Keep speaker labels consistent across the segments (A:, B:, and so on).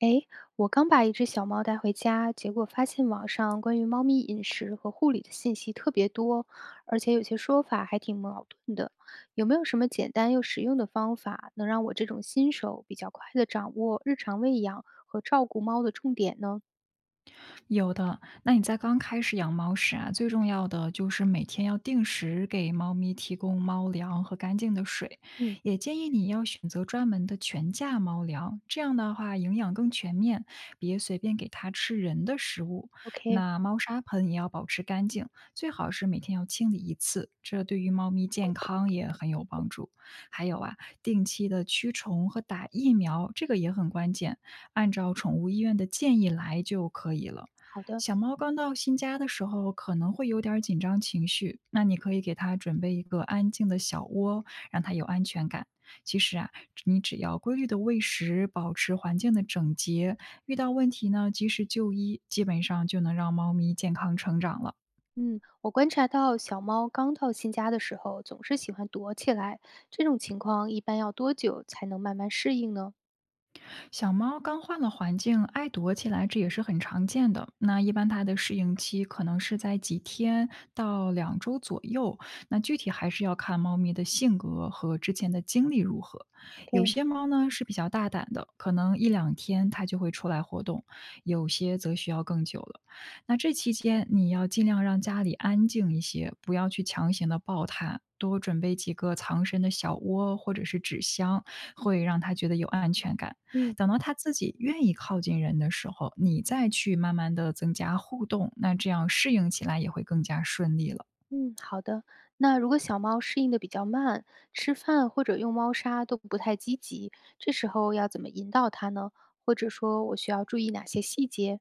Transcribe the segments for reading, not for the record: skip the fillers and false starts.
A: 诶，我刚把一只小猫带回家，结果发现网上关于猫咪饮食和护理的信息特别多，而且有些说法还挺矛盾的。有没有什么简单又实用的方法，能让我这种新手比较快地掌握日常喂养和照顾猫的重点呢？
B: 有的，那你在刚开始养猫时啊，最重要的就是每天要定时给猫咪提供猫粮和干净的水，
A: 嗯
B: 也建议你要选择专门的全价猫粮，这样的话营养更全面，别随便给它吃人的食物。
A: ，OK，
B: 那猫砂盆也要保持干净，最好是每天要清理一次，这对于猫咪健康也很有帮助。还有啊，定期的驱虫和打疫苗，这个也很关键，按照宠物医院的建议来就可以了。
A: 好的。
B: 小猫刚到新家的时候可能会有点儿紧张情绪，那你可以给它准备一个安静的小窝，让它有安全感。其实啊，你只要规律的喂食，保持环境的整洁，遇到问题呢及时就医，基本上就能让猫咪健康成长了。
A: 嗯，我观察到小猫刚到新家的时候，总是喜欢躲起来，这种情况一般要多久才能慢慢适应呢
B: 小猫刚换了环境，爱躲起来，这也是很常见的。那一般它的适应期可能是在几天到2周左右，那具体还是要看猫咪的性格和之前的经历如何。有
A: ？OK，
B: 些猫呢是比较大胆的，可能一两天它就会出来活动，有些则需要更久了。那这期间你要尽量让家里安静一些，不要去强行的抱它。多准备几个藏身的小窝或者是纸箱，会让它觉得有安全感。
A: 嗯。
B: 等到他自己愿意靠近人的时候，你再去慢慢的增加互动，那这样适应起来也会更加顺利了。
A: 嗯，好的。那如果小猫适应的比较慢，吃饭或者用猫砂都不太积极，这时候要怎么引导它呢？或者说我需要注意哪些细节？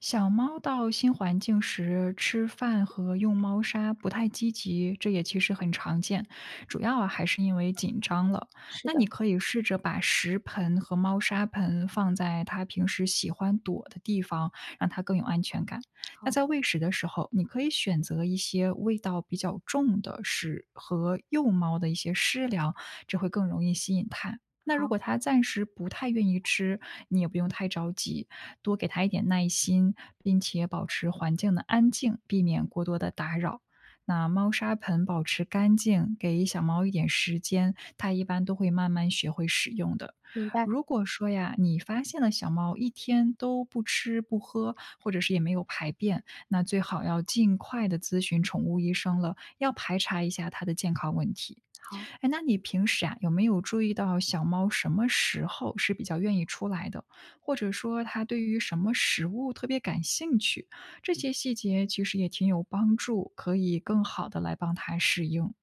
B: 小猫到新环境时，吃饭和用猫砂不太积极，这也其实很常见，主要啊还是因为紧张了。
A: 是
B: 那你
A: 的，
B: 可以试着把食盆和猫砂盆放在它平时喜欢躲的地方，让它更有安全感。那
A: 好，
B: 在喂食的时候，你可以选择一些味道比较重的食和幼猫的一些食粮，这会更容易吸引它。那如
A: 好，
B: 果它暂时不太愿意吃，你也不用太着急，多给它一点耐心，并且保持环境的安静，避免过多的打扰。那猫砂盆保持干净，给小猫一点时间，它一般都会慢慢学会使用的。
A: 明白，
B: 如果说呀，你发现了小猫一天都不吃不喝，或者是也没有排便，那最好要尽快的咨询宠物医生了，要排查一下它的健康问题。
A: 好。
B: 哎，那你平时啊，有没有注意到小猫什么时候是比较愿意出来的？或者说它对于什么食物特别感兴趣？这些细节其实也挺有帮助，可以更好的来帮它适应。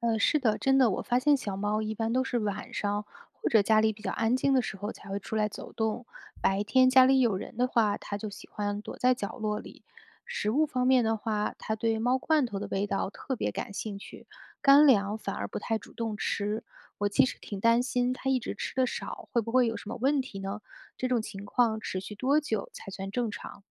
A: 是的，真的，我发现小猫一般都是晚上或者家里比较安静的时候才会出来走动，白天家里有人的话，它就喜欢躲在角落里。食物方面的话，它对猫罐头的味道特别感兴趣，干粮反而不太主动吃。我其实挺担心它一直吃的少，会不会有什么问题呢？这种情况持续多久才算正常？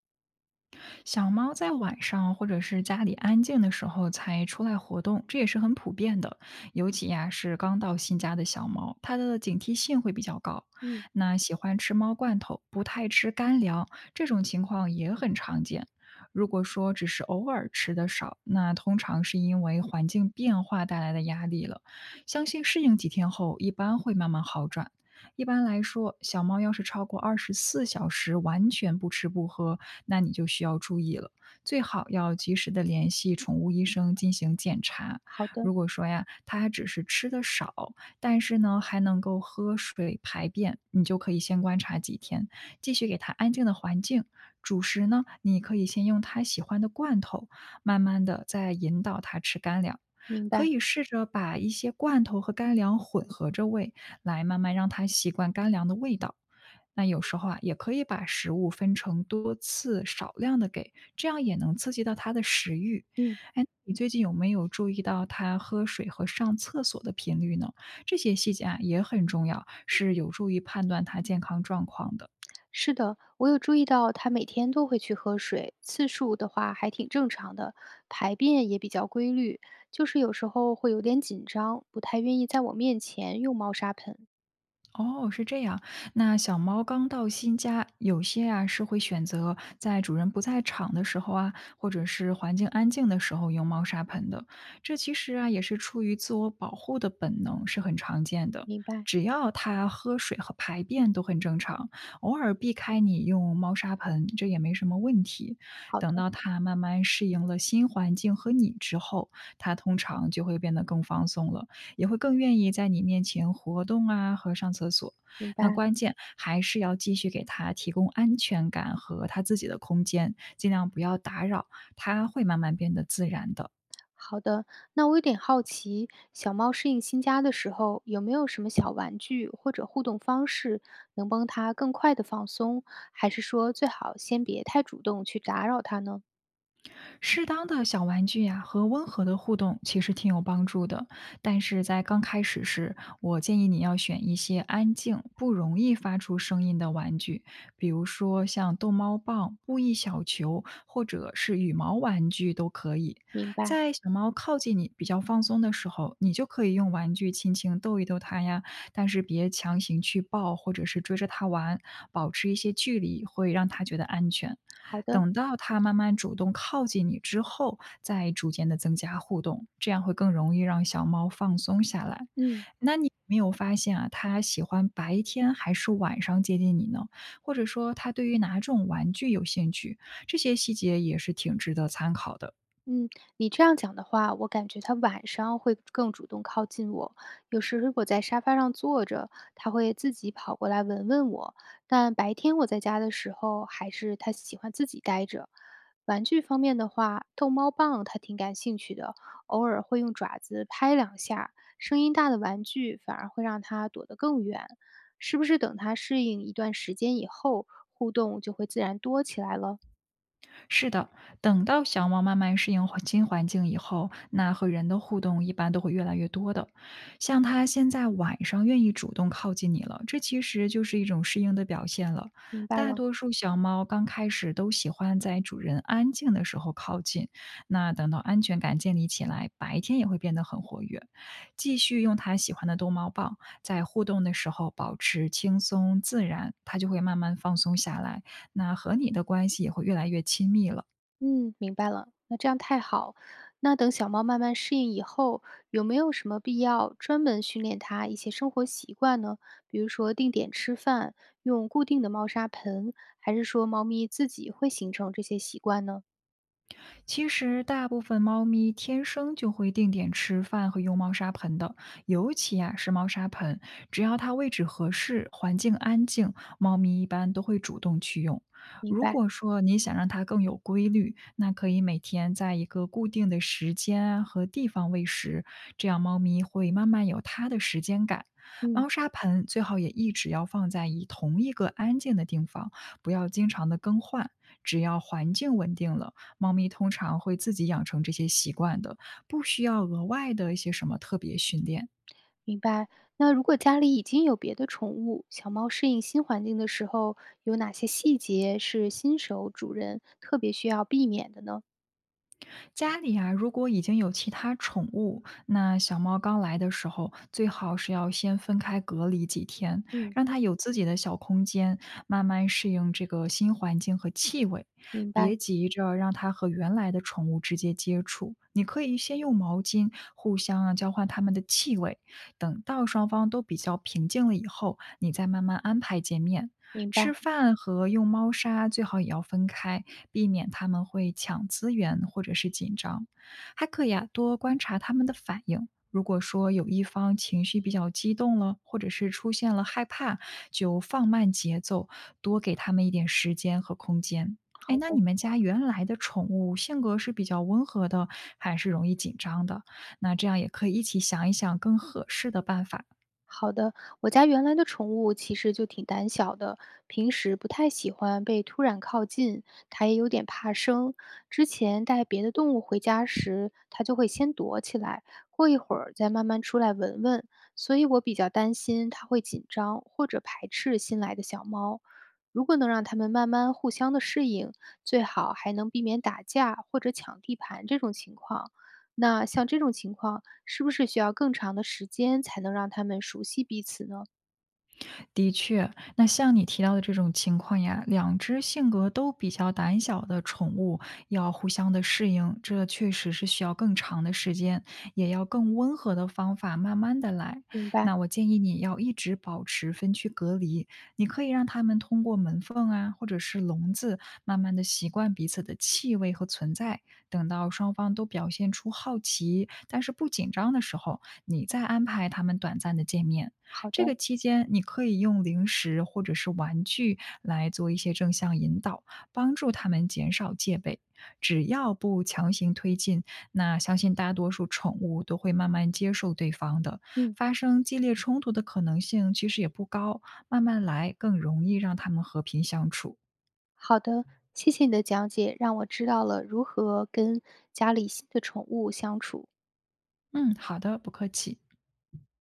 B: 小猫在晚上或者是家里安静的时候才出来活动，这也是很普遍的。尤其呀、是刚到新家的小猫，它的警惕性会比较高。
A: 嗯，
B: 那喜欢吃猫罐头，不太吃干粮，这种情况也很常见。如果说只是偶尔吃的少，那通常是因为环境变化带来的压力了。相信适应几天后，一般会慢慢好转。一般来说，小猫要是超过24小时完全不吃不喝，那你就需要注意了，最好要及时的联系宠物医生进行检查。
A: 好的，
B: 如果说呀，它还只是吃的少，但是呢还能够喝水排便，你就可以先观察几天，继续给它安静的环境。主食呢，你可以先用它喜欢的罐头，慢慢的再引导它吃干粮。
A: 明
B: 可
A: 白。
B: 以试着把一些罐头和干粮混合着喂，来慢慢让它习惯干粮的味道。那有时候啊，也可以把食物分成多次、少量的给，这样也能刺激到它的食欲。
A: 嗯。
B: 哎，你最近有没有注意到它喝水和上厕所的频率呢？这些细节啊也很重要，是有助于判断它健康状况的。
A: 是的，我有注意到它每天都会去喝水，次数的话还挺正常的，排便也比较规律，就是有时候会有点紧张，不太愿意在我面前用猫砂盆。
B: 哦，是这样。那小猫刚到新家，有些啊是会选择在主人不在场的时候啊，或者是环境安静的时候用猫砂盆的。这其实啊也是出于自我保护的本能，是很常见的。
A: 明白，
B: 只要它喝水和排便都很正常，偶尔避开你用猫砂盆，这也没什么问题。
A: 好
B: 等
A: 的，
B: 到它慢慢适应了新环境和你之后，它通常就会变得更放松了。也会更愿意在你面前活动啊和上厕所。
A: 明
B: 那
A: 白，
B: 关键还是要继续给他提供安全感和他自己的空间，尽量不要打扰，他会慢慢变得自然的。
A: 好的。那我有点好奇，小猫适应新家的时候，有没有什么小玩具或者互动方式能帮它更快的放松，还是说最好先别太主动去打扰它呢？
B: 适当的小玩具呀、和温和的互动其实挺有帮助的，但是在刚开始时，我建议你要选一些安静、不容易发出声音的玩具，比如说像逗猫棒、布艺小球或者是羽毛玩具都可以。
A: 明白，
B: 在小猫靠近你比较放松的时候，你就可以用玩具轻轻逗一逗它呀，但是别强行去抱或者是追着它玩，保持一些距离会让它觉得安全。
A: 好的，
B: 等到它慢慢主动靠近你之后，再逐渐的增加互动，这样会更容易让小猫放松下来。
A: 嗯。
B: 那你有没有发现啊，它喜欢白天还是晚上接近你呢？或者说它对于哪种玩具有兴趣？这些细节也是挺值得参考的。
A: 嗯，你这样讲的话，我感觉他晚上会更主动靠近我。有时如果在沙发上坐着，他会自己跑过来闻闻我。但白天我在家的时候，还是他喜欢自己待着。玩具方面的话，逗猫棒他挺感兴趣的，偶尔会用爪子拍两下。声音大的玩具反而会让它躲得更远。是不是等他适应一段时间以后，互动就会自然多起来了？
B: 是的，等到小猫慢慢适应环新环境以后，那和人的互动一般都会越来越多的。像它现在晚上愿意主动靠近你了，这其实就是一种适应的表现了。
A: 明白
B: 大
A: 了。
B: 多数小猫刚开始都喜欢在主人安静的时候靠近，那等到安全感建立起来，白天也会变得很活跃。继续用它喜欢的逗猫棒，在互动的时候保持轻松自然，它就会慢慢放松下来。那和你的关系也会越来越亲密了。
A: 嗯，明白了，那这样太好。那等小猫慢慢适应以后，有没有什么必要专门训练它一些生活习惯呢？比如说定点吃饭，用固定的猫砂盆，还是说猫咪自己会形成这些习惯呢？
B: 其实大部分猫咪天生就会定点吃饭和用猫砂盆的，尤其啊是猫砂盆，只要它位置合适、环境安静，猫咪一般都会主动去用。
A: 明
B: 如
A: 白，
B: 果说你想让它更有规律，那可以每天在一个固定的时间啊和地方喂食，这样猫咪会慢慢有它的时间感。
A: 嗯，
B: 猫砂盆最好也一直要放在以同一个安静的地方，不要经常的更换。只要环境稳定了，猫咪通常会自己养成这些习惯的，不需要额外的一些什么特别训练。
A: 明白。那如果家里已经有别的宠物，小猫适应新环境的时候，有哪些细节是新手主人特别需要避免的呢？
B: 家里啊，如果已经有其他宠物，那小猫刚来的时候，最好是要先分开隔离几天，
A: 嗯，
B: 让它有自己的小空间，慢慢适应这个新环境和气味。
A: 明白，
B: 别急着让它和原来的宠物直接接触，你可以先用毛巾互相啊交换它们的气味，等到双方都比较平静了以后，你再慢慢安排见面。
A: 明白，
B: 吃饭和用猫砂最好也要分开，避免他们会抢资源或者是紧张。还可以啊，多观察他们的反应。如果说有一方情绪比较激动了，或者是出现了害怕，就放慢节奏，多给他们一点时间和空间。
A: 好
B: 哎，那你
A: 的。
B: 们家原来的宠物性格是比较温和的，还是容易紧张的？那这样也可以一起想一想更合适的办法。
A: 好的，我家原来的宠物其实就挺胆小的，平时不太喜欢被突然靠近，它也有点怕生。之前带别的动物回家时，它就会先躲起来，过一会儿再慢慢出来闻闻，所以我比较担心它会紧张或者排斥新来的小猫。如果能让它们慢慢互相的适应，最好还能避免打架或者抢地盘这种情况。那像这种情况，是不是需要更长的时间才能让他们熟悉彼此呢？
B: 的确，那像你提到的这种情况呀，2只性格都比较胆小的宠物要互相的适应，这确实是需要更长的时间，也要更温和的方法，慢慢的来。
A: 明白，
B: 那我建议你要一直保持分区隔离，你可以让它们通过门缝啊，或者是笼子，慢慢的习惯彼此的气味和存在。等到双方都表现出好奇，但是不紧张的时候，你再安排它们短暂的见面。
A: 好
B: 这
A: 的，
B: 个期间，你可以用零食或者是玩具来做一些正向引导，帮助他们减少戒备。只要不强行推进，那相信大多数宠物都会慢慢接受对方的。
A: 嗯，
B: 发生激烈冲突的可能性其实也不高，慢慢来更容易让他们和平相处。
A: 好的，谢谢你的讲解，让我知道了如何跟家里新的宠物相处。
B: 嗯，好的，不客气。